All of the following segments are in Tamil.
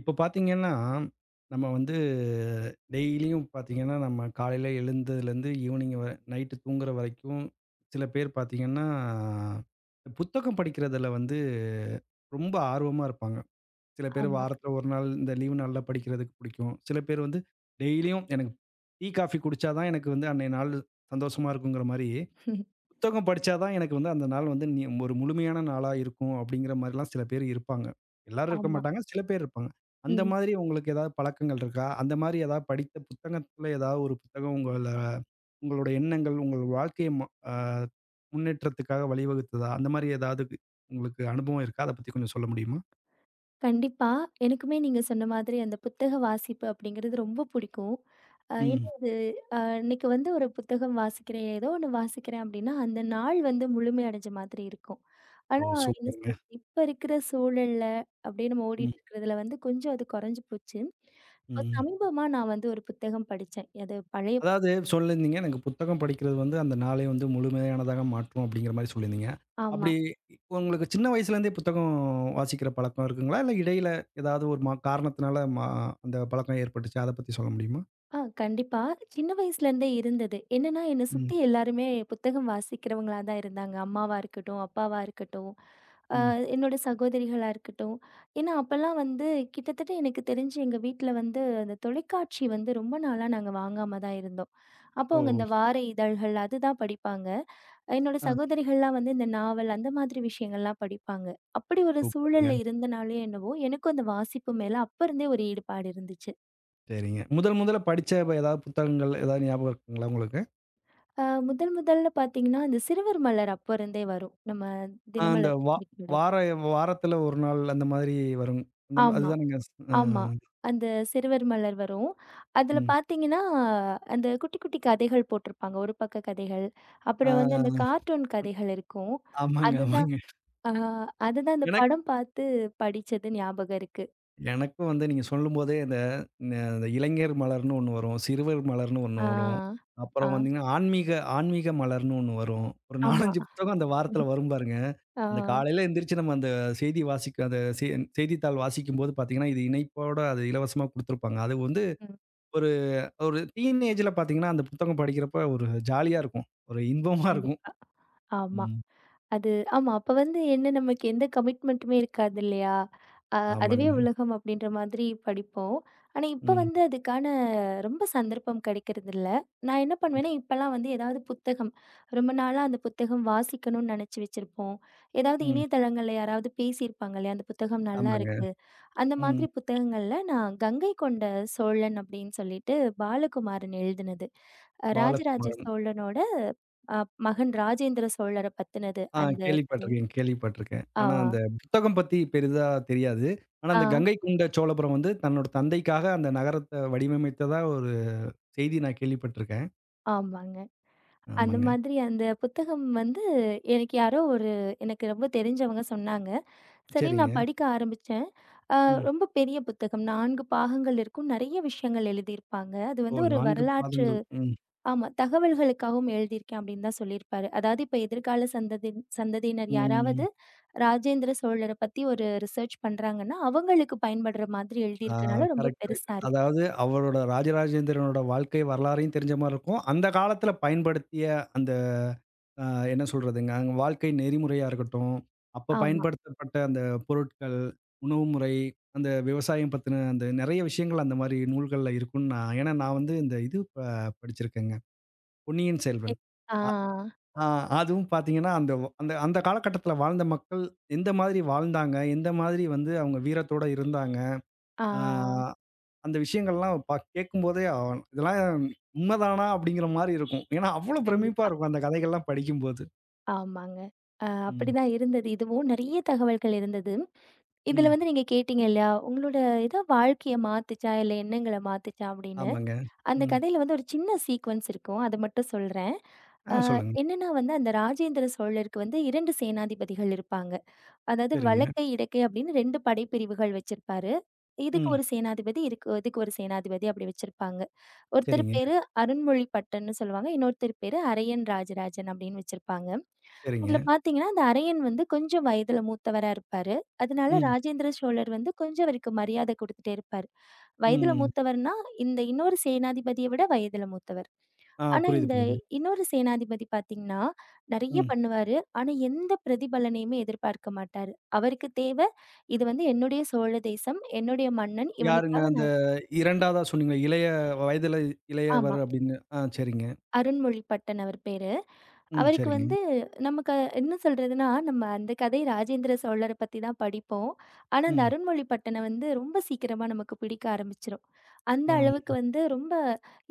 இப்ப பார்த்தீங்கன்னா, நம்ம டெய்லியும் பார்த்தீங்கன்னா, நம்ம காலையில எழுந்ததுலேருந்து ஈவினிங் வ நைட்டு தூங்குற வரைக்கும், சில பேர் பார்த்தீங்கன்னா, புத்தகம் படிக்கிறதுல ரொம்ப ஆர்வமா இருப்பாங்க. சில பேர் ஆமா, வாரத்தில ஒரு நாள் இந்த லீவு நாள்ல படிக்கிறதுக்கு பிடிக்கும். சில பேர் டெய்லியும் எனக்கு டீ, காஃபி குடிச்சா தான் எனக்கு அன்னைய நாள் சந்தோஷமா இருக்குங்கிற மாரி புத்தகம் படிச்சா தான் எனக்கு அந்த நாள் வந்து நி ஒரு முழுமையான நாளா இருக்கும் அப்படிங்கிற மாரிலாம் சில பேர் இருப்பாங்க. எல்லாரும் இருக்க ஆமா. மாட்டாங்க. சில பேர் இருப்பாங்க. அந்த ம். மாதிரி உங்களுக்கு ஏதாவது பழக்கங்கள் இருக்கா? அந்த மாதிரி ஏதாவது படித்த புத்தகத்துல ஏதாவது ஒரு புத்தகம் உங்களோட எண்ணங்கள், உங்கள் வாழ்க்கைய ம அ முன்னேற்றத்துக்காக வழிவகுத்ததா? அந்த மாதிரி ஏதாவது உங்களுக்கு அனுபவம் இருக்கா? அத பத்தி கொஞ்சம் சொல்ல முடியுமா? கண்டிப்பா. எனக்குமே நீங்க சொன்ன மாதிரி அந்த புத்தக வாசிப்பு அப்படிங்கிறது ரொம்ப புடிக்கும். ம். ஏன்னா அது இன்னைக்கு வந்து ஒரு புத்தகம் வாசிக்கிறேன், ஏதோ ஒண்ணு வாசிக்கிறேன் அப்படின்னா, அந்த நாள் வந்து முழுமை அடைஞ்ச மாதிரி இருக்கும். ஓ! ஆனா என்ன சூப்பருங்க. சொல்றது, இப்ப இருக்கிற சூழல்ல அப்படியே நம்ம ம். ஓடிட்டு இருக்கிறதுல வந்து கொஞ்சம் அது குறைஞ்சு போச்சு. இப்போ ம். சமீபமா நான் வந்து ஒரு புத்தகம் படிச்சேன். அது பழைய அதாவது சொல்லியிருந்தீங்க, எனக்கு புத்தகம் படிக்கிறது அந்த நாளை முழுமையானதாக மாற்றும் அப்படிங்கிற மாரி சொல்லியிருந்தீங்க. ஆமா. அப்படி உங்களுக்கு சின்ன வயசுலேருந்தே புத்தகம் வாசிக்கிற பழக்கம் இருக்குங்களா? இல்ல இடையில ஏதாவது ஒரு மா காரணத்தினால அந்த பழக்கம் ஏற்பட்டுச்சா? அத பத்தி சொல்ல முடியுமா? ஆ கண்டிப்பா. சின்ன வயசுலேருந்தே இருந்தது. என்னன்னா, என்ன ம், சுத்தி எல்லாருமே புத்தகம் வாசிக்கிறவங்களா தான் இருந்தாங்க. அம்மாவா இருக்கட்டும், அப்பாவா இருக்கட்டும், அ ம். என்னோட சகோதரிகளா இருக்கட்டும். ஏன்னா, அப்பலாம் வந்து கிட்டத்தட்ட எனக்கு தெரிஞ்சு எங்க வீட்ல வந்து அந்த தொலைக்காட்சி வந்து ரொம்ப நாளா நாங்க வாங்காம தான் இருந்தோம். அப்போ ஓ! அவங்க இந்த வார இதழ்கள் அதுதான் படிப்பாங்க. என்னோட ஆ சகோதரிகள்லாம் வந்து இந்த நாவல் அந்த மாதிரி விஷயங்கள்லாம் படிப்பாங்க. அப்படி ஒரு சூப்பருங்க. சூழல்ல இருந்தனாலயோ என்னவோ, எனக்கும் அந்த வாசிப்பு மேல அப்ப இருந்தே ஒரு ஈடுபாடு இருந்துச்சு. சரிங்க. முதல் முதல்ல படிச்ச ப ஏதாவது புத்தகங்கள் ஏதாவது ஞாபகம் இருக்குங்களா உங்களுக்கு? முதல் முதல்ல பார்த்தீங்கன்னா, அந்த சிறுவர் மலர் அப்ப இருந்தே வரும். நம்ம ஆ அந்த தினமலர் வா கிடையாது. வார வாரத்தில ஒரு நாள் அந்த மாதிரி வரும். அந்த ஆமா, அதுதானங்க. ஆ, ஆமா. அந்த சிறுவர் மலர் வரும். அதில ம். பார்த்தீங்கன்னா, அந்த குட்டி குட்டி கதைகள் போட்டிருப்பாங்க. ஒரு பக்க கதைகள். ஆ அப்புறம் வந்து அந்த கார்ட்டூன் கதைகள் இருக்கும். ஆமாங்க, அதுதான் ஆமாங்க. அ அதுதான் அந்த எனக்கு படம் பார்த்து படிச்சது ஞாபகம் இருக்கு. எனக்கும் நீங்க சொல்லும்போதே இந்த இந்த இந்த இளைஞர் மலர்ன்னு ஒண்ணு வரும். சிறுவர் மலர்ன்னு ஒண்ணு ஆ, வரும். ஆ, அப்புறம் வந்தீங்கன்னா, ஆன்மீக ஆன்மீக மலர்ன்னு ஒண்ணு வரும். ஒரு 4, ஆமா. 5 புத்தகம் அந்த வாரத்தில வரும் பாருங்க. ஆ, அந்த காலையில எந்திரிச்சு நம்ம அந்த செய்தி வாசிக்க அந்த செ செய்தித்தாள் வாசிக்கும்போது பார்த்தீங்கன்னா, இது இணைப்போட அது இலவசமா குடுத்துருப்பாங்க. அது ம். ஒரு ஒரு டீனேஜ்ல பார்த்தீங்கன்னா, அந்த புத்தகம் படிக்கிறப்ப ஒரு ஜாலியா இருக்கும். ஒரு இன்பமா இருக்கும். கண்டிப்பா. ஆமா. ம். அது ஆமா. அப்ப வந்து என்ன நமக்கு எந்த கமிட்மெண்ட்டுமே இருக்காது இல்லையா? அதுவே ஆமாங்க. உலகம் அப்படின்ற மாதிரி படிப்போம். ஆனா, இப்ப ம். வந்து அதுக்கான ரொம்ப சந்தர்ப்பம் கிடைக்கிறதில்ல. நான் என்ன ம். பண்ணுவேன்னா, இப்பலாம் வந்து ஏதாவது புத்தகம் ரொம்ப நாளா அந்த புத்தகம் வாசிக்கணும்னு நெனச்சு வச்சிருப்போம். ஏதாவது ம். இணையதளங்கள்ல யாராவது பேசியிருப்பாங்க இல்லையா? அந்த புத்தகம் ஆமாங்க. நல்லாருக்கு. அந்த ம். மாதிரி புத்தகங்கள்ல நான் கங்கை கொண்ட சோழன் அப்படின்னு சொல்லிட்டு பாலகுமாரன் எழுதினது. ராஜராஜ பாலகுமாரன். சோழனோட அ மகன் ராஜேந்திர சோழர பத்தினது ஆ அந்த கதை. கேள்விப்பட்டுருக்கேன், கேள்விப்பட்டுருக்கேன். ஆ, ஆனா அந்த புத்தகம் பத்தி பெரிதா தெரியாது. ஆனா அந்த ஆ, கங்கை கொண்ட சோழபுரம் தன்னோட தந்தைக்காக அந்த நகரத்த வடிவமைத்ததா ஒரு செய்தி நான் கேள்விப்பட்டுருக்கேன். ஆமாங்க. அந்த ஆமாங்க. மாதிரி அந்த புத்தகம் வந்து எனக்கு யாரோ ஒரு எனக்கு ரொம்ப தெரிஞ்சவங்க சொன்னாங்க. சரி நான் சரிங்க. படிக்க ஆரம்பிச்சேன். அ ம். ரொம்ப பெரிய புத்தகம் 4 பாகங்கள் இருக்கும். நெறைய விஷயங்கள் எழுதியிருப்பாங்க. அது ஓ வந்து ஒரு 4 வரலாற்று பாதங்கள். ம். ஆமா. தகவல்களுக்காகவும் எழுதியிருக்கேன் அப்படின்னு தான் சொல்லியிருப்பாரு. அதாவது இப்ப எதிர்கால சந்ததி சந்ததியினர் ம். யாராவது ராஜேந்திர சோழர பத்தி ஒரு ரிசர்ச் பண்றாங்கன்னா, அவங்களுக்கு பயன்படுற மாதிரி ஆ எழுதியிருக்கனால ரொம்ப கரெக்ட், கரெக்ட். பெருசா இருக்கும். அதாவது அவரோட ராஜராஜேந்திரனோட வாழ்க்கை வரலாறையும் தெரிஞ்ச மாரி இருக்கும். அந்த காலத்துல பயன்படுத்திய அந்த அ என்ன சொல்றதுங்க, அங்க வாழ்க்கை நெறிமுறையா இருக்கட்டும், அப்ப ஆமா. பயன்படுத்தப்பட்ட அந்த பொருட்கள், உணவு முறை, அந்த விவசாயம் பத்தின அந்த நெறைய விஷயங்கள் அந்த மாரி நூல்கள்ல இருக்கும்ன்னு நான் ஏன்னா நான் இந்த இது ப படிச்சிருக்கேங்க. பொன்னியின் செல்வன். எத் ஆ, அ ஆ அதுவும் பார்த்தீங்கன்னா, அந்த வ் அந்த அந்த காலகட்டத்தில வாழ்ந்த மக்கள் எந்த மாதிரி வாழ்ந்தாங்க? எந்த மாதிரி அவங்க வீரத்தோட இருந்தாங்க? ஆ. ஆ அந்த விஷயங்கள்லாம் கேட்கும்போதே அ இதெல்லாம் உண்மதானா? அப்படிங்கிற மாரி இருக்கும். ஏன்னா அவ்வளோ பிரமிப்பா கண்டிப்பா. இருக்கும் அந்த கதைகள்லாம் படிக்கும்போது. ஆமாங்க. ம். அப்படிதான் இருந்தது. இதுவும் நெறைய தகவல்கள் இருந்தது. இதுல ம். வந்து நீங்க கேட்டீங்க இல்லையா? உங்களோட ஏதோ வாழ்க்கைய மாத்துச்சா? இல்ல எண்ணங்கள மாத்துச்சா? அப்படின்னு. ஆமாங்க. அந்த ம். கதையில வந்து ஒரு சின்ன சீக்வென்ஸ் இருக்கும். அத மட்டும் சொல்றேன். ஆ அ சொல்லுங்க. என்னன்னா வந்து அந்த ராஜேந்திர சோழருக்கு வந்து 2 சேனாதிபதிகள் இருப்பாங்க. அதாவது சரிங்க. வலக்கை, இடக்கை அப்படின்னு 2 படைப்பிரிவுகள் வச்சிருப்பாரு. இதுக்கு ம். ஒரு சேனாதிபதி, இதுக்கு இதுக்கு ஒரு சேனாதிபதி அப்படி வச்சிருப்பாங்க. ஒருத்தர் சரிங்க, பேரு அருண்மொழி பட்டன்னு சொல்லுவாங்க. இன்னொருத்தர் பேரு அரையன் ராஜராஜன் அப்படின்னு வச்சிருப்பாங்க. இதுல சரிங்க. பார்த்தீங்கன்னா, அந்த அரையன் வந்து கொஞ்சம் வயதுல மூத்தவரா இருப்பாரு. அதனால ம், ராஜேந்திர சோழர் வந்து கொஞ்சம் அவருக்கு மரியாதை குடுத்துட்டே இருப்பாரு. வயதுல ம். மூத்தவர்னா, இந்த இன்னொரு சேனாதிபதிய விட வயதுல மூத்தவர். ஆ ஆனா, புரியுது, இந்த புரியுது. இன்னொரு சேனாதிபதி பார்த்தீங்கன்னா, நெறைய ம். பண்ணுவாரு. ஆனா, எந்த பிரதிபலனையுமே எதிர்பார்க்க மாட்டாரு. அவருக்கு தேவ, இது வந்து என்னுடைய சோழ தேசம், என்னுடைய மன்னன், யாருங்க இவனுக்காக அந்த நான் 2வதா சொன்னீங்களே, இளைய வயதில ஆமா. இளையவர் அப்படின்னு. ஆ சரிங்க. அருண்மொழி பட்டன் அவர் பேரு. ம், அவருக்கு சரிங்க. வந்து நமக்கு என்ன சொல்றதுன்னா, நம்ம அந்த கதை ராஜேந்திர சோழர பத்தி தான் படிப்போம். ஆனா, அந்த ம், அருண்மொழி பட்டன வந்து ரொம்ப சீக்கிரமா நமக்கு பிடிக்க ஆரம்பிச்சுரும். அந்த ஆ, அளவுக்கு வந்து ரொம்ப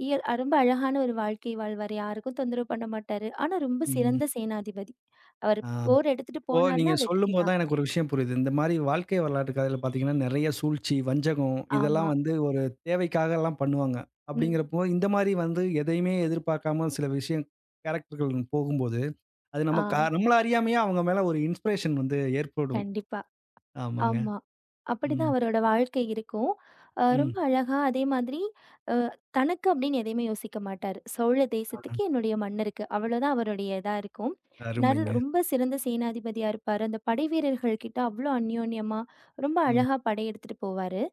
ரொம்ப அழகான ஒரு வாழ்க்கை வாழ்வாரு. யாருக்கும் தொந்தரவு பண்ண மாட்டாரு. ஆனா, ரொம்ப ம். சிறந்த சேனாதிபதி. அவர் ஆ. போர் எடுத்துட்டு இப்போ நீங்க போனார்னா வெற்றி சொல்லும்போது தான். தான் எனக்கு ஒரு விஷயம் புரியுது. இந்த மாரி வாழ்க்கை வரலாற்று கதையில பார்த்தீங்கன்னா, நெறைய சூழ்ச்சி, வஞ்சகம் ஆமா. இதெல்லாம் ஒரு தேவைக்காகலாம் பண்ணுவாங்க. ம். அப்படிங்கிறப்போ, இந்த மாரி எதையுமே எதிர்பார்க்காம சில விஷயம் கேரக்டர்கள் போகும்போது, அது ஆ. நமக்கு நம்மள அறியாமயே அவங்க மேல ஒரு இன்ஸ்பிரேஷன் ஏற்படும். கண்டிப்பா. ஆமாங்க. ஆமா. ம், அப்படிதான் அவரோட வாழ்க்கை இருக்கும். ம். ரொம்ப அழகா அதே மாதிரி அ தனக்கு அப்படின்னு எதையுமே யோசிக்க மாட்டாரு. "சோழ தேசத்துக்கு என்னுடைய மண் இருக்கு." அவ்வளோதான் அவருடைய இதா இருக்கும். அருமைங்க. ரொம்ப சிறந்த சேனாதிபதியா இருப்பாரு. அந்த படைவீரர்கள் கிட்ட அவ்வளோ அந்யோன்யமா ரொம்ப ம். அழகா படை எடுத்துட்டு போவாரு.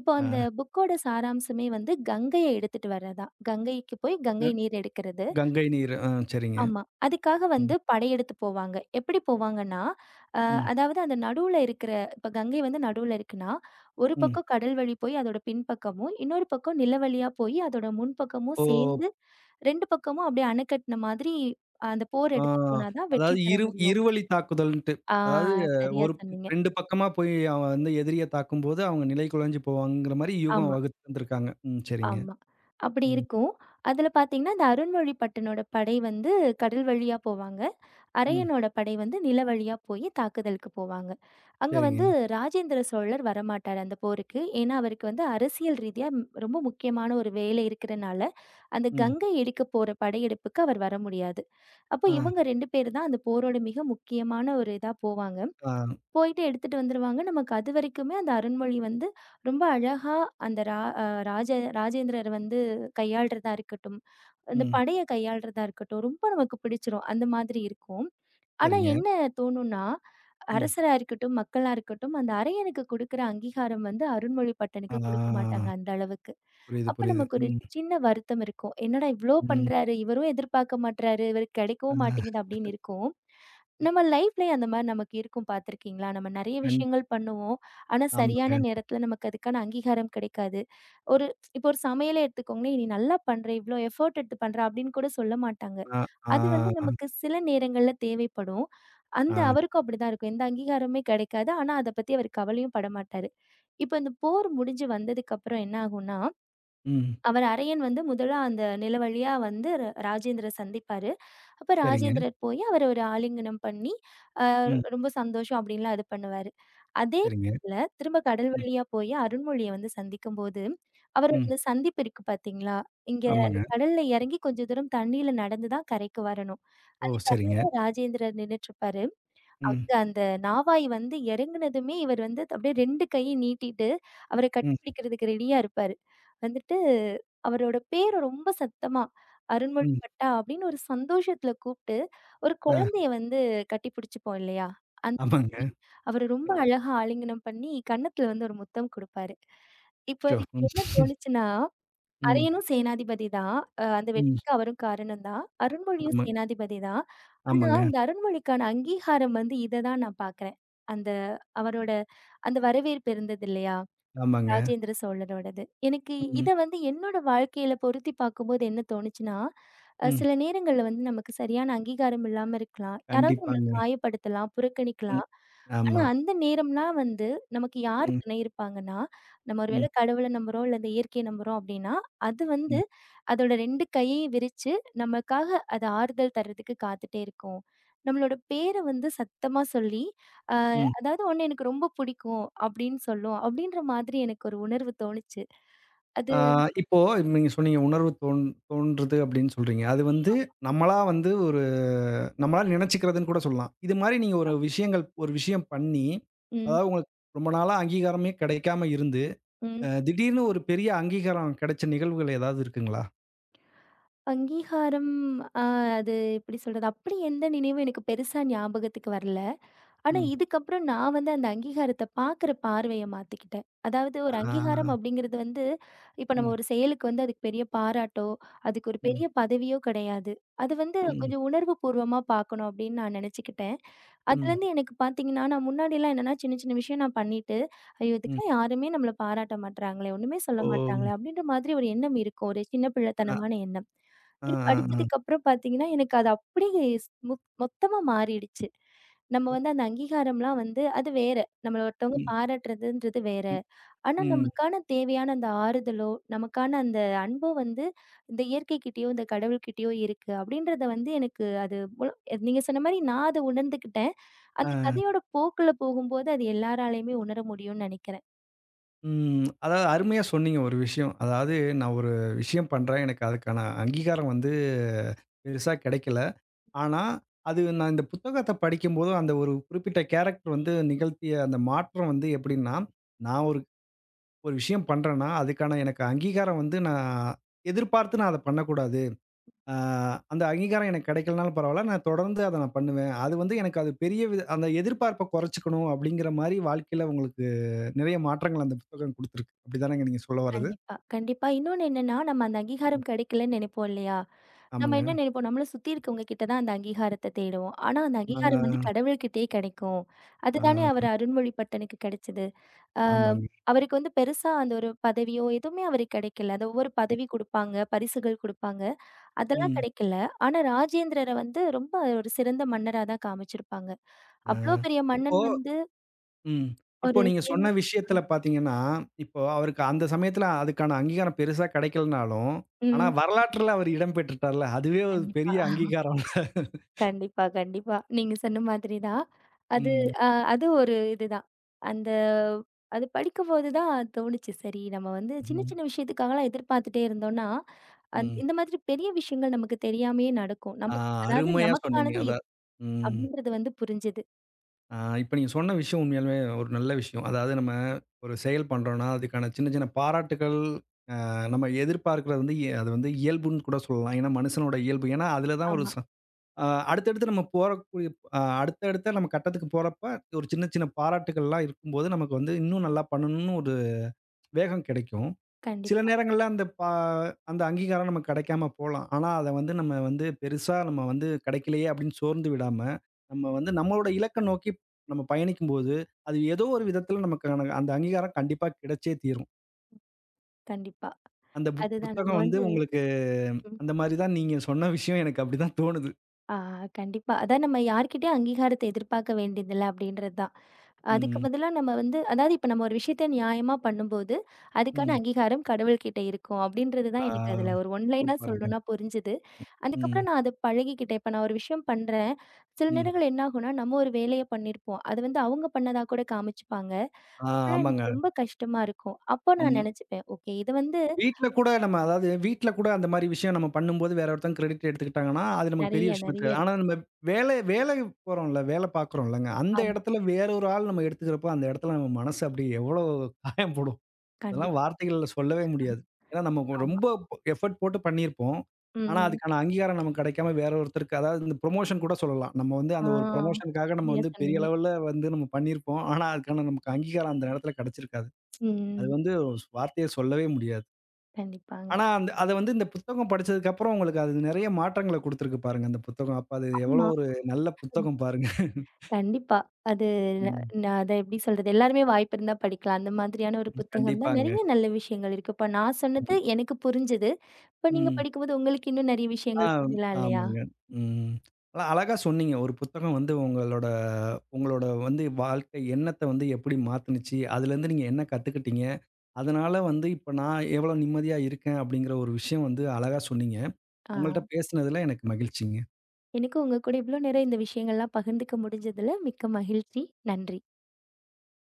இப்போ அந்த ஆ. புக்கோட சாராம்சமே வந்து கங்கைய எடுத்துட்டு வர்றதான். கங்கைக்கு போய் க கங்கை நீர் எடுக்கிறது. கங்கை நீர். ஆ சரிங்க. ஆமா. அதுக்காக ம், வந்து படையெடுத்து போவாங்க. எப்படி போவாங்கன்னா, அ ம், அதாவது அந்த நடுவுல இருக்கிற இப்ப கங்கை வந்து நடுவுல இருக்குன்னா, ஒரு ம். பக்கம் கடல் வழி போய் அதோட பின்பக்கமும், இன்னொரு பக்கம் நிலவழியா போய் அதோட முன்பக்கமும் ஓ! சேர்ந்து 2 பக்கமும் அப்படியே அணை கட்டின மாதிரி அந்த போர் ஆ. எடுத்து போனா தான் வெற்றி அதாவது பெற முடியும். இருவழி தாக்குதல்ன்ட்டு. ஆ அதாவது சரியா ஒரு சொன்னீங்க. 2 பக்கமா போய் அவன் எதிரிய தாக்கும்போது, அவங்க நிலை குலைஞ்சு போவாங்கங்கிற மாரி யூகம் ஆமா, வகுத்து வந்திருக்காங்க. ம். சரிங்க. ஆமா. அப்படி ம். இருக்கும். அதுல பார்த்தீங்கன்னா, இந்த அருண்மொழி பட்டனோட படை வந்து கடல் வழியா போவாங்க. ம். அரையனோட படை வந்து நில வழியா போய் தாக்குதலுக்கு போவாங்க. அங்க சரிங்க. வந்து ராஜேந்திர சோழர் வரமாட்டாரு அந்த போருக்கு. ஏன்னா, அவருக்கு வந்து அரசியல் ரீதியா ரொம்ப முக்கியமான ஒரு வேலை இருக்கிறனால, அந்த ம். கங்கை எடுக்க போற படையெடுப்புக்கு அவர் வர முடியாது. அப்போ ஆ. இவங்க 2 பேர் தான் அந்த போரோட மிக முக்கியமான ஒரு இதா போவாங்க. ஆ. போயிட்டு எடுத்துட்டு வந்துருவாங்க. நமக்கு அதுவரைக்குமே அந்த அருண்மொழி வந்து ரொம்ப அழகா அந்த ரா அ ராஜ ராஜேந்திரர் வந்து கையாள்றதா இருக்கட்டும், அந்த ம். படைய கையாள்றதா இருக்கட்டும், ரொம்ப நமக்கு பிடிச்சிரும். அந்த மாதிரி இருக்கும். ஆனா சரிங்க. என்ன தோணும்னா, ம். அரசரா இருக்கட்டும், மக்களா இருக்கட்டும், அந்த அரையனுக்கு குடுக்குற அங்கீகாரம் வந்து அருண்மொழிபட்டனுக்கு குடுக்க ஆ. மாட்டாங்க அந்த அளவுக்கு. புரியுது, அப்ப புரியுது. நமக்கு ஒரு ம். சின்ன வருத்தம் இருக்கும். என்னடா இவ்ளோ ம். பண்றாரு, இவரும் எதிர்பார்க்க மாட்றாரு, இவருக்கு கிடைக்கவும் ஆ. மாட்டேங்குது அப்படின்னு இருக்கும். நம்ம லைஃப்லயும் அந்த மாரி நமக்கு இருக்கும் பார்த்துருக்கீங்களா? நம்ம நெறைய கண் விஷயங்கள் பண்ணுவோம். ஆனா ஆமாங்க. சரியான நேரத்துல நமக்கு அதுக்கான அங்கீகாரம் கிடைக்காது. ஒரு இப்போ ஒரு சமையலே எடுத்துக்கோங்களேன், "நீ நல்லா பண்ற, இவ்ளோ எஃபோர்ட் எடுத்து பண்ற" அப்படின்னு கூட சொல்ல மாட்டாங்க. ஆ. அது வந்து ஆ. நமக்கு சில நேரங்கள்ல தேவைப்படும். அந்த ஆ. அவருக்கும் அப்படிதான் இருக்கும். எந்த அங்கீகாரமே கிடைக்காது. ஆனா, அத பத்தி அவர் கவலையும் படமாட்டாரு. இப்ப இந்த போர் முடிஞ்சு வந்ததுக்கப்புறம் என்ன ஆகும்னா, ம். அவர் அரையன் வந்து முதலா அந்த நிலவழியா வந்து ராஜேந்திர சந்திப்பாரு. அப்ப சரிங்க. ராஜேந்திரர் போய் அவர ஒரு ஆலிங்கனம் பண்ணி, அ ம். ரொம்ப சந்தோஷம் அப்படின்லாம் இது பண்ணுவாரு. அதே சரிங்க. இதுல திரும்ப கடல் ம். வழியா போய் அருண்மொழிய வந்து சந்திக்கும்போது, அவரோட ம். அந்த சந்திப்பு இருக்கு பார்த்தீங்களா? இங்க அந்த ஆமாங்க. கடல்ல இறங்கி கொஞ்சம் தூரம் தண்ணீல நடந்து தான் கரைக்கு வரணும். ஓ! அது சரிங்க. கரையில ராஜேந்திரர் நின்னுட்டுருப்பாரு. ம். அங்க அந்த நாவாய் வந்து இறங்குனதுமே, இவர் வந்து அப்படியே 2 கையும் நீட்டிட்டு, அவர ம். கட்டிப்பிடிக்கிறதுக்கு ரெடியா இருப்பாரு. வந்துட்டு அவரோட பேர ரொம்ப சத்தமா, "அருண்மொழி ம். பட்டா" அப்படின்னு ஒரு சந்தோஷத்துல கூப்ட்டு, ஒரு ஆ. குழந்தைய வந்து கட்டிப்பிடிச்சுப்போம் இல்லையா? அந்த மாதிரி ஆமாங்க. அவர ரொம்ப அழகா ஆலிங்கனம் பண்ணி, கன்னத்துல வந்து ஒரு முத்தம் குடுப்பாரு. இப்போ அச்சோ! எனக்கு ம். என்ன தோணுச்சுன்னா ம். அரியனும் சேனாதிபதி தான். அந்த ம். வெற்றிக்கு அவரும் காரணம் தான். அருண்மொழியும் ஆமா. சேனாதிபதி தான். ஆனா, ஆமாங்க, இந்த அருண்மொழிக்கான அங்கீகாரம் வந்து இத தான் நான் பார்க்குறேன். அந்த அவரோட அந்த வரவேற்பு இருந்தது இல்லையா? ஆமாங்க. ராஜேந்திர சோழரோடது. எனக்கு ம், இத வந்து என்னோட வாழ்க்கையில பொருத்தி பார்க்கும்போது என்ன தோணுச்சுன்னா, ம். சில நேரங்கள்ல வந்து நமக்கு சரியான அங்கீகாரம் இல்லாம இருக்கலாம். யாராவது நம்மள கண்டிப்பாங்க. காயப்படுத்தலாம், ம். புறக்கணிக்கலாம். ஆனா ஆமா. அந்த நேரம்லாம் வந்து நமக்கு யார் ம், துணை இருப்பாங்கன்னா, நம்ம ஒரு ம், வேளை கடவுள நம்புறோம், இல்ல இந்த இயற்கைய நம்புறோம் அப்படின்னா, அது வந்து ம், அதோட 2 கையையும் விரிச்சு நமக்காக அது ஆறுதல் தர்றதுக்கு காத்துட்டே இருக்கும். நம்மளோட பேர வந்து சத்தமா சொல்லி, அ ம். அதாவது ஒண்ணு எனக்கு ரொம்ப பிடிக்கும் அப்படின்னு சொல்லும். அப்படின்ற மாதிரி எனக்கு ஒரு உணர்வு தோணுச்சு. அது ஆ இப்போ நீங்க சொன்னீங்க உணர்வு தோன்றுது அப்டின்னு சொல்றீங்க. அது நம்மளா ஒரு நம்மளா நினைச்சுக்கிறதுன்னு கூட சொல்லலாம். இது மாரி நீங்க ஒரு விஷயம் பண்ணி, ம், அதாவது உங்களுக்கு ரொம்ப நாளா அங்கீகாரமே கிடைக்காம இருந்து, அ ம். திடீர்னு ஒரு பெரிய அங்கீகாரம் கிடைச்ச நிகழ்வுகள் ஏதாவது இருக்குங்களா? அங்கீகாரம், அ அது எப்படி சொல்றது? அப்படி எந்த நினைவும் எனக்கு பெருசா ஞாபகத்துக்கு வரல. ஆனா, ம். இதுக்கப்புறம் நான் வந்து அந்த அங்கீகாரத்த பார்க்குற பார்வைய மாத்திக்கிட்டேன். அதாவது ஆ. ஒரு அங்கீகாரம் அப்படிங்கிறது வந்து, இப்ப நம்ம ம், ஒரு செயலுக்கு வந்து அதுக்கு பெரிய பாராட்டோ, அதுக்கு ஒரு ம், பெரிய பதவியோ கிடையாது. அது வந்து ம், கொஞ்சம் உணர்வு பூர்வமா பார்க்கணும் அப்படின்னு நான் நெனச்சுக்கிட்டேன். ம், அதுலேருந்து எனக்கு பார்த்தீங்கன்னா, நான் முன்னாடிலாம் என்னன்னா சின்ன சின்ன விஷயம் நான் பண்ணிட்டு, ஐயோ! ம். இதுக்கெல்லாம் யாருமே நம்மள பாராட்ட மாட்றாங்களே, ஒண்ணுமே சொல்ல ஓ! மாட்றாங்களே அப்படின்ற மாதிரி ஒரு எண்ணம் இருக்கும். ஒரு சின்ன ஆ, பிள்ளைத்தனமான எண்ணம். ஆ, இது ஆ, ஆ. படிச்சதுக்கப்புறம் பார்த்தீங்கன்னா, எனக்கு அது அப்படியே ஸ் மொத் மொத்தமா மாறிடுச்சு. நம்ம வந்து அந்த அங்கீகாரம்லாம் வந்து அது வேற. நம்மள ஒருத்தவங்க ம், பாராட்டுறதுன்றது வேற. ம், ஆனா, ம். நமக்கான தேவையான அந்த ஆறுதலோ, நமக்கான அந்த அன்போ வந்து இந்த இயற்கைக்கிட்டயோ, இந்த கடவுள்கிட்டயோ இருக்கு. அப்படின்றத வந்து எனக்கு அது முழு நீங்க சொன்ன மாரி நான் அத உணர்ந்துக்கிட்டேன். அ, அந்த கதையோட போக்குல போகும்போது அது எல்லாராலயுமே உணர முடியும்னு நெனைக்கிறேன். ம். அதாவது அருமையா சொன்னீங்க ஒரு விஷயம். அதாவது நான் ஒரு விஷயம் பண்றேன். எனக்கு அதுக்கான அங்கீகாரம் பெருசா கிடைக்கல. ஆனா, அது நான் இந்த புத்தகத்த படிக்கும்போது அந்த ஒரு குறிப்பிட்ட கேரக்டர் நிகழ்த்திய அந்த மாற்றம் எப்படின்னா, நான் ஒரு ஒரு விஷயம் பண்றேன்னா, அதுக்கான எனக்கு அங்கீகாரம் நான் எதிர்பார்த்து நான் அத பண்ணக்கூடாது. ஆ, அந்த அங்கீகாரம் எனக்கு கிடைக்கலனாலும் பரவால்ல. நான் தொடர்ந்து அத நான் பண்ணுவேன். அது எனக்கு அது பெரிய வித அந்த எதிர்பார்ப்ப குறைச்சுக்கணும் அப்படிங்கிற மாரி வாழ்க்கையில உங்களுக்கு நிறைய மாற்றங்கள் அந்த புத்தகம் குடுத்துருக்கு. அப்படிதானங்க நீங்க சொல்ல வர்றது? கண்டிப்பா, கண்டிப்பா. இன்னொன்னு என்னன்னா, நம்ம அந்த அங்கீகாரம் கிடைக்கலன்னு நெனைப்போம் இல்லையா? நம்ம ஆமாங்க. என்ன நினைப்போம், நம்மள சுத்தி இருக்கவங்க கிட்ட தான் அந்த அங்கீகாரத்த தேடுவோம். ஆனா, அந்த ஆ, அங்கீகாரம் வந்து கடவுள்கிட்டயே கிடைக்கும். ஆ, அதுதானே அவர் அருண்மொழிபட்டனுக்கு கிடைச்சது. ஆ ஆமாங்க. அவருக்கு வந்து பெருசா அந்த ஒரு பதவியோ எதுவுமே அவருக்கு கிடைக்கல. அந்த ஒவ்வொரு பதவி குடுப்பாங்க, பரிசுகள் குடுப்பாங்க. அதெல்லாம் ம். கிடைக்கல. ஆனா, ராஜேந்திரர வந்து ரொம்ப ஒரு சிறந்த மன்னரா தான் காமிச்சிருப்பாங்க. ஆ. அவ்ளோ பெரிய இப்போ மன்னன் வந்து ம். இப்போ ஒரு நீங்க சேனா சொன்ன விஷயத்துல பார்த்தீங்கன்னா, இப்போ அவருக்கு அந்த சமயத்துல அதுக்கான அங்கீகாரம் பெருசா கிடைக்கலனாலும், ஆனா ம். வரலாற்றுல அவர் இடம் பெற்றுட்டார்ல, அதுவே ஒரு கண்டிப்பா. பெரிய அங்கீகாரம்ல. கண்டிப்பா, கண்டிப்பா. நீங்க சொன்ன மாதிரி தான். அது ம், அ அது ஒரு இதுதான். அந்த அது படிக்கும்போது தான் தோணுச்சு. சரி நம்ம வந்து சின்ன ம், சின்ன விஷயத்துக்காகலாம் எதிர்பார்த்துட்டே இருந்தோம்னா, ம். இந்த மாதிரி பெரிய விஷயங்கள் நமக்கு தெரியாமயே நடக்கும். ஆ, நமக்கு அதாவது அருமையா சொன்னீங்க. நமக்கானது இது அதான். ம். அப்படின்றது வந்து புரிஞ்சது. ஆ இப்ப நீங்க சொன்ன விஷயம் உண்மையாலுமே ஒரு நல்ல விஷயம். அதாவது நம்ம ஒரு செயல் பண்றோம்னா, அதுக்கான சின்ன சின்ன பாராட்டுக்கள் அ நம்ம எதிர்பார்க்கிறது அது இயல்புன்னு கூட சொல்லலாம். ஏன்னா மனுஷனோட இயல்பு. ஏன்னா அதில தான் ஒரு ஆமா. ச அ அடுத்தடுத்து நம்ம போறக்கூடிய அடுத்தடுத்த நம்ம கட்டத்துக்கு போறப்ப ஒரு சின்ன சின்ன பாராட்டுக்கள்லாம் இருக்கும்போது, நமக்கு இன்னும் நல்லா பண்ணணும்னு ஒரு வேகம் கிடைக்கும். சில கண்டிப்பா, நேரங்கள்ல அந்த அங்கீகாரம் நமக்கு கிடைக்காம போலாம். ஆனா, அத வந்து நம்ம வந்து பெருசா நம்ம வந்து கிடைக்கலையே அப்படின்னு சோர்ந்து விடாம, நம்ம நம்மளோட இலக்க நோக்கி நம்ம பயணிக்கும்போது, அது ஏதோ ஒரு விதத்தில நமக்கான அந்த அந்த அங்கீகாரம் கண்டிப்பா கிடைச்சே தீரும். கண்டிப்பா. அந்த அதுதான் நம்ம புத்தகம் வந்து உங்களுக்கு ம். அந்த மாரி தான் நீங்க சொன்ன விஷயம் எனக்கு அப்படிதான் தோணுது. ஆ கண்டிப்பா. அதான் நம்ம யார்கிட்டயும் அங்கீகாரத்த எதிர்பார்க்க வேண்டியதில்ல அப்படின்றது தான். அதுக்கு ம், பதிலா நம்ம வந்து அதாவது இப்ப நம்ம ஒரு விஷயத்த நியாயமா பண்ணும்போது, அதுக்கான ம். அங்கீகாரம் கடவுள்கிட்ட இருக்கும். அப்படின்றது தான் ஆ எனக்கு அதுல ஒரு ஒன் லைனா சூப்பருங்க. சொல்லணும்னா புரிஞ்சுது. ம், அதுக்கப்புறம் நான் அத பழகிக்கிட்டேன். இப்ப நான் ஒரு விஷயம் பண்றேன். சில ம். நேரங்கள்ல என்ன ஆகும்னா, நம்ம ஒரு வேலைய பண்ணியிருப்போம். அது வந்து அவங்க பண்ணதா கூட காமிச்சுப்பாங்க. ஆ அப்பலாம் ஆமாங்க. எனக்கு ரொம்ப கஷ்டமா இருக்கும். அப்போ நான் ம். நெனச்சுப்பேன், ஓகே இது வந்து வீட்ல கூட நம்ம அதாவது வீட்ல கூட அந்த மாரி விஷயம் நம்ம பண்ணும்போது, வேற ஒருத்தவங்க கிரெடிட் எடுத்துக்கிட்டாங்கன்னா, அது நமக்கு பெரிய நெறைய, விஷயமா நெறைய தெரியாது. ஆனா இருக்கு. நம்ம வேலைக்கு போறோம்ல, வேலை பார்க்குறோம்லங்க, அந்த ஆமா. இடத்துல வேற ஒரு ஆள் நம்ம எடுத்துக்கிறப்போ, அந்த இடத்துல நம்ம மனசு அப்படி எவ்வளோ காயப்படும். அதெல்லாம் கண்டிப்பா. வார்த்தைகள்ல சொல்லவே முடியாது. ஏன்னா நம்ம ஆமா. ரொம்ப எஃபோர்ட் போட்டு பண்ணியிருப்போம். ஆனா ம். அதுக்கான அங்கீகாரம் நமக்கு கிடைக்காம வேற ஒருத்தருக்கு அதாவது இந்த புரமோஷன் கூட சொல்லலாம். நம்ம ஆ. அந்த ஒரு புரமோஷனுக்காக நம்ம சரியா பெரிய சொன்னீங்க. லெவல்ல நம்ம பண்ணியிருப்போம். ஆனா அதுக்கான நமக்கு அங்கீகாரம் அந்த நேரத்துல கிடைச்சிருக்காது. அது ம். வார்த்தைய சொல்லவே முடியாது. கண்டிப்பாங்க. ஆனா, அந்த அத வந்து இந்த புத்தகம் படிச்சதுக்கு அப்புறம் உங்களுக்கு அது நெறைய மாற்றங்கள குடுத்திருக்கு பாருங்க, அந்த புத்தகம். அப்ப அது எவ்வளோ ஆமா. ஒரு நல்ல புத்தகம் பாருங்க. கண்டிப்பா. அது ந- ம். நான் அத எப்படி சொல்றது? எல்லாருமே வாய்ப்பு இருந்தா படிக்கலாம். அந்த மாதிரியான ஒரு ம். புத்தகம் தான். கண்டிப்பாங்க. நெறைய நல்ல விஷயங்கள் இருக்கு. இப்ப நான் சொன்னது ம். எனக்கு புரிஞ்சது. இப்ப நீங்க ம். படிக்கும்போது உங்களுக்கு இன்னும் நெறைய ஆ, விஷயங்கள் புரியலாம் இல்லையா? ஆமாங்க. ம். அழகா சொன்னீங்க. ஒரு புத்தகம் உங்களோட உங்களோட வந்து வாழ்க்கை எண்ணத்த எப்படி மாத்துனுச்சு? அதுலருந்து நீங்க என்ன கத்துக்கிட்டீங்க? அதனால இப்ப நான் எவ்வளோ நிம்மதியா இருக்கேன் அப்படிங்கிற ஒரு விஷயம் அழகா சொன்னீங்க. உங்கள்ட்ட ஆ. பேசினதுல எனக்கு மகிழ்ச்சிங்க. எனக்கும் உங்க கூட இவ்ளோ நேரம் இந்த விஷயங்கள்லாம் பகிர்ந்துக்க முடிஞ்சதுல மிக்க மகிழ்ச்சி. நன்றி.